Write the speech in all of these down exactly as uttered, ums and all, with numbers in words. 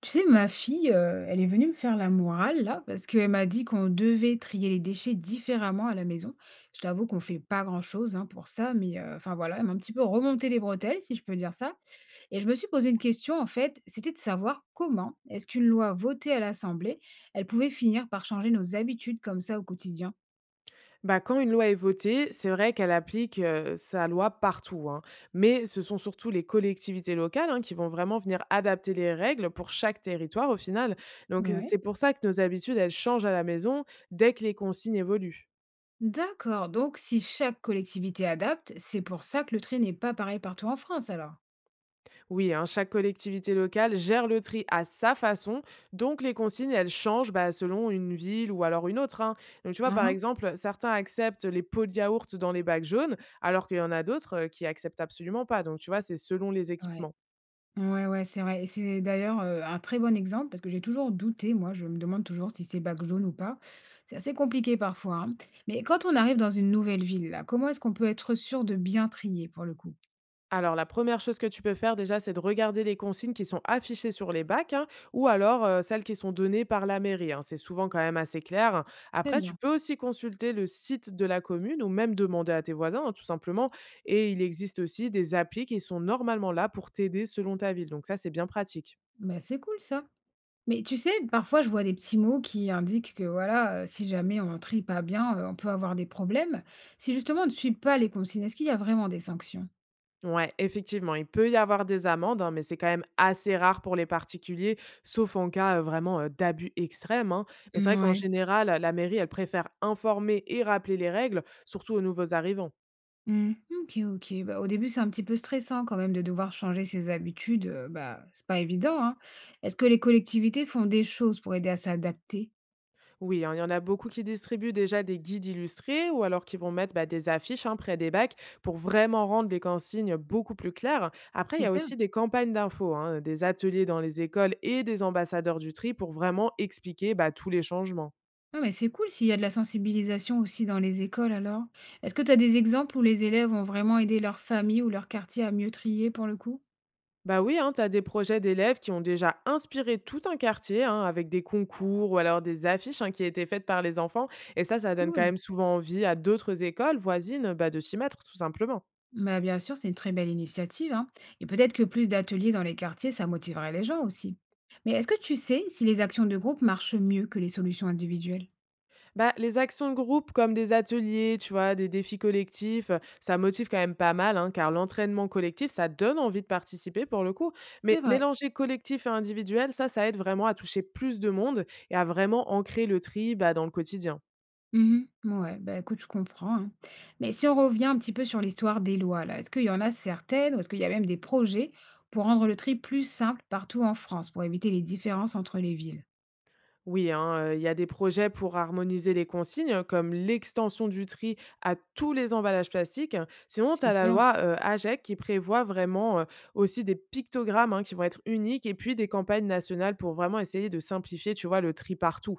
Tu sais, ma fille, euh, elle est venue me faire la morale, là, parce qu'elle m'a dit qu'on devait trier les déchets différemment à la maison. Je t'avoue qu'on fait pas grand-chose hein, pour ça, mais euh, enfin voilà, elle m'a un petit peu remonté les bretelles, si je peux dire ça. Et je me suis posé une question, en fait, c'était de savoir comment est-ce qu'une loi votée à l'Assemblée, elle pouvait finir par changer nos habitudes comme ça au quotidien. Bah, quand une loi est votée, c'est vrai qu'elle applique euh, sa loi partout, hein. Mais ce sont surtout les collectivités locales, hein, qui vont vraiment venir adapter les règles pour chaque territoire au final. Donc euh, Ouais. c'est pour ça que nos habitudes, elles changent à la maison dès que les consignes évoluent. D'accord, donc si chaque collectivité adapte, c'est pour ça que le tri n'est pas pareil partout en France, alors. Oui, hein, chaque collectivité locale gère le tri à sa façon, donc les consignes, elles changent bah, selon une ville ou alors une autre, hein. Donc tu vois, par Mhm. exemple, certains acceptent les pots de yaourt dans les bacs jaunes, alors qu'il y en a d'autres euh, qui acceptent absolument pas. Donc tu vois, c'est selon les Ouais. équipements. Ouais, ouais, c'est vrai et c'est d'ailleurs, heu, un très bon exemple parce que j'ai toujours douté, moi, je me demande toujours si c'est bac jaune ou pas. C'est assez compliqué parfois, hein. Mais quand on arrive dans une nouvelle ville là, comment est-ce qu'on peut être sûr de bien trier pour le coup? Alors, la première chose que tu peux faire déjà, c'est de regarder les consignes qui sont affichées sur les bacs, hein, ou alors euh, celles qui sont données par la mairie, hein. C'est souvent quand même assez clair. Très Après, tu bien. peux aussi consulter le site de la commune ou même demander à tes voisins, hein, tout simplement. Et il existe aussi des applis qui sont normalement là pour t'aider selon ta ville. Donc ça, c'est bien pratique. Bah, c'est cool ça. Mais tu sais, parfois je vois des petits mots qui indiquent que voilà, heu, si jamais on trie pas bien, heu, on peut avoir des problèmes. Si justement on ne suit pas les consignes, est-ce qu'il y a vraiment des sanctions? Ouais, effectivement, il peut y avoir des amendes, hein, mais c'est quand même assez rare pour les particuliers, sauf en cas euh, vraiment euh, d'abus extrême, hein. Mais c'est vrai qu'en Ouais. général, la mairie, elle préfère informer et rappeler les règles, surtout aux nouveaux arrivants. Mmh. OK, OK. Bah, au début, c'est un petit peu stressant quand même de devoir changer ses habitudes, heu, bah, c'est pas évident, hein. Est-ce que les collectivités font des choses pour aider à s'adapter? Oui, hein, il y en a beaucoup qui distribuent déjà des guides illustrés ou alors qui vont mettre bah, des affiches, hein, près des bacs pour vraiment rendre les consignes beaucoup plus claires. Après, il y a Super. aussi des campagnes d'infos, hein, des ateliers dans les écoles et des ambassadeurs du tri pour vraiment expliquer bah, tous les changements. Non, mais c'est cool s'il y a de la sensibilisation aussi dans les écoles alors. Est-ce que tu as des exemples où les élèves ont vraiment aidé leur famille ou leur quartier à mieux trier pour le coup? Bah oui, hein, tu as des projets d'élèves qui ont déjà inspiré tout un quartier, hein, avec des concours ou alors des affiches, hein, qui étaient faites par les enfants. Et ça, ça donne quand Cool. même souvent envie à d'autres écoles voisines bah, de s'y mettre, tout simplement. Bah, bien sûr, c'est une très belle initiative, hein, et peut-être que plus d'ateliers dans les quartiers, ça motiverait les gens aussi. Mais est-ce que tu sais si les actions de groupe marchent mieux que les solutions individuelles? Bah, les actions de groupe, comme des ateliers, tu vois, des défis collectifs, euh, ça motive quand même pas mal, hein, car l'entraînement collectif, ça donne envie de participer pour le coup. C'est Mais vrai. mélanger collectif et individuel, ça, ça aide vraiment à toucher plus de monde et à vraiment ancrer le tri bah, dans le quotidien. Mmh. Ouais, bah, écoute, je comprends, hein. Mais si on revient un petit peu sur l'histoire des lois là, est-ce qu'il y en a certaines ou est-ce qu'il y a même des projets pour rendre le tri plus simple partout en France, pour éviter les différences entre les villes? Oui, hein, euh, il y a des projets pour harmoniser les consignes, comme l'extension du tri à tous les emballages plastiques. Sinon, tu as la Super. loi euh, AGEC qui prévoit vraiment euh, aussi des pictogrammes, hein, qui vont être uniques et puis des campagnes nationales pour vraiment essayer de simplifier, tu vois, le tri partout.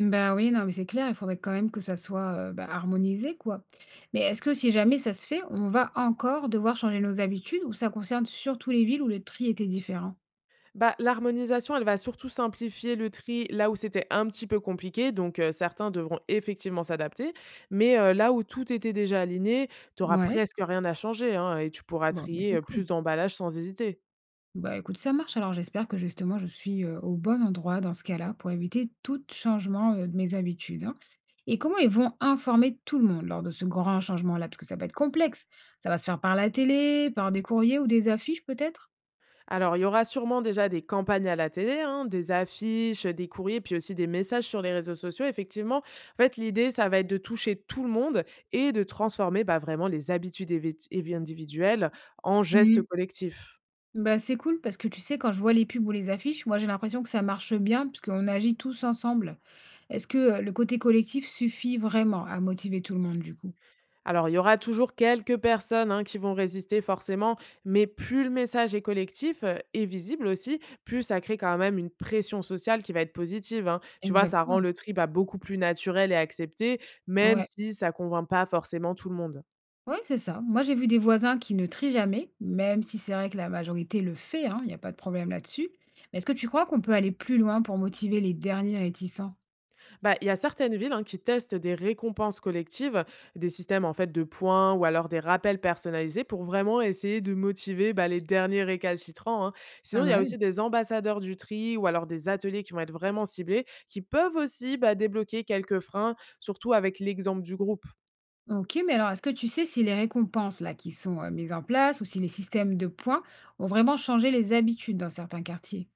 Bah, oui, non, mais c'est clair, il faudrait quand même que ça soit, heu, bah, harmonisé, quoi. Mais est-ce que si jamais ça se fait, on va encore devoir changer nos habitudes ou ça concerne surtout les villes où le tri était différent? Bah, l'harmonisation, elle va surtout simplifier le tri là où c'était un petit peu compliqué, donc euh, certains devront effectivement s'adapter. Mais euh, là où tout était déjà aligné, tu n'auras Ouais, presque rien à changer, hein, et tu pourras bon, beh, trier c'est euh, cool. plus d'emballages sans hésiter. Bah écoute, ça marche. Alors j'espère que justement je suis euh, au bon endroit dans ce cas-là pour éviter tout changement euh, de mes habitudes, hein. Et comment ils vont informer tout le monde lors de ce grand changement-là? Parce que ça va être complexe. Ça va se faire par la télé, par des courriers ou des affiches peut-être? Alors, il y aura sûrement déjà des campagnes à la télé, hein, des affiches, des courriers, puis aussi des messages sur les réseaux sociaux. Effectivement, en fait, l'idée, ça va être de toucher tout le monde et de transformer bah, vraiment les habitudes évi- évi- individuelles en gestes Mm. collectifs. Bah c'est cool parce que tu sais, quand je vois les pubs ou les affiches, moi j'ai l'impression que ça marche bien parce qu'on agit tous ensemble. Est-ce que euh, le côté collectif suffit vraiment à motiver tout le monde du coup? Alors, il y aura toujours quelques personnes, hein, qui vont résister forcément, mais plus le message est collectif euh, et visible aussi, plus ça crée quand même une pression sociale qui va être positive, hein. Tu vois, ça rend Exactement. le tri bah, beaucoup plus naturel et accepté, même Ouais. si ça convainc pas forcément tout le monde. Ouais, c'est ça. Moi, j'ai vu des voisins qui ne trient jamais, même si c'est vrai que la majorité le fait, hein, il n'y a pas de problème là-dessus. Mais est-ce que tu crois qu'on peut aller plus loin pour motiver les derniers réticents? Bah, il y a certaines villes, hein, qui testent des récompenses collectives, des systèmes en fait de points ou alors des rappels personnalisés pour vraiment essayer de motiver bah, les derniers récalcitrants, hein. Pas Sinon, il y a mal. aussi des ambassadeurs du tri ou alors des ateliers qui vont être vraiment ciblés, qui peuvent aussi bah, débloquer quelques freins, surtout avec l'exemple du groupe. Ok, mais alors est-ce que tu sais si les récompenses là qui sont euh, mises en place ou si les systèmes de points ont vraiment changé les habitudes dans certains quartiers?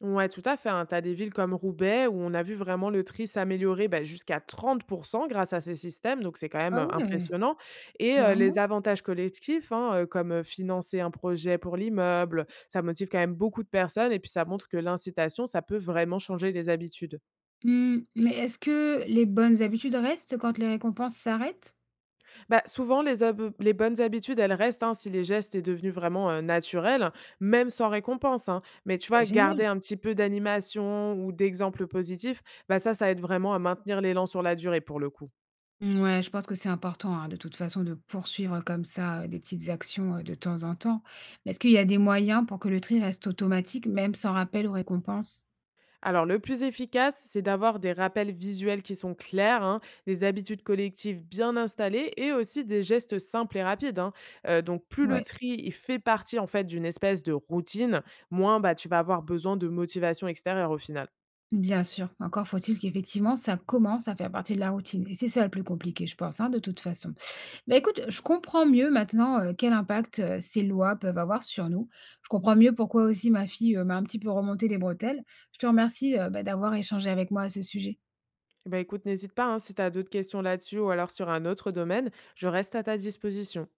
Ouais, tout à fait, hein. Tu des villes comme Roubaix où on a vu vraiment le tri s'améliorer, bah, jusqu'à trente grâce à ces systèmes, donc c'est quand même, Ah heu, ouais, impressionnant et heu, clairement. les avantages collectifs, hein, heu, comme, heu, financer un projet pour l'immeuble, ça motive quand même beaucoup de personnes et puis ça montre que l'incitation, ça peut vraiment changer les habitudes. Hmm, mais est-ce que les bonnes habitudes restent quand les récompenses s'arrêtent? Bah, souvent, les, hab- les bonnes habitudes, elles restent, hein, si les gestes est devenu vraiment euh, naturel, même sans récompense, hein. Mais tu Bah, vois, garder génial. un petit peu d'animation ou d'exemple positif, bah, ça, ça aide vraiment à maintenir l'élan sur la durée pour le coup. Ouais, je pense que c'est important, hein, de toute façon, de poursuivre comme ça, heu, des petites actions, heu, de temps en temps. Mais est-ce qu'il y a des moyens pour que le tri reste automatique, même sans rappel ou récompense? Alors, le plus efficace, c'est d'avoir des rappels visuels qui sont clairs, hein, des habitudes collectives bien installées et aussi des gestes simples et rapides, hein. Euh, donc, plus le Ouais, tri il fait partie en fait d'une espèce de routine, moins bah, tu vas avoir besoin de motivation extérieure au final. bien sûr. Encore faut-il qu'effectivement, ça commence à faire partie de la routine et c'est ça le plus compliqué, je pense, hein, de toute façon. Mais écoute, je comprends mieux maintenant, heu, quel impact, heu, ces lois peuvent avoir sur nous. Je comprends mieux pourquoi aussi ma fille, heu, m'a un petit peu remonté les bretelles. Je te remercie, heu, bah, d'avoir échangé avec moi à ce sujet. Eh ben, écoute, n'hésite pas, hein, si tu as d'autres questions là-dessus ou alors sur un autre domaine, je reste à ta disposition.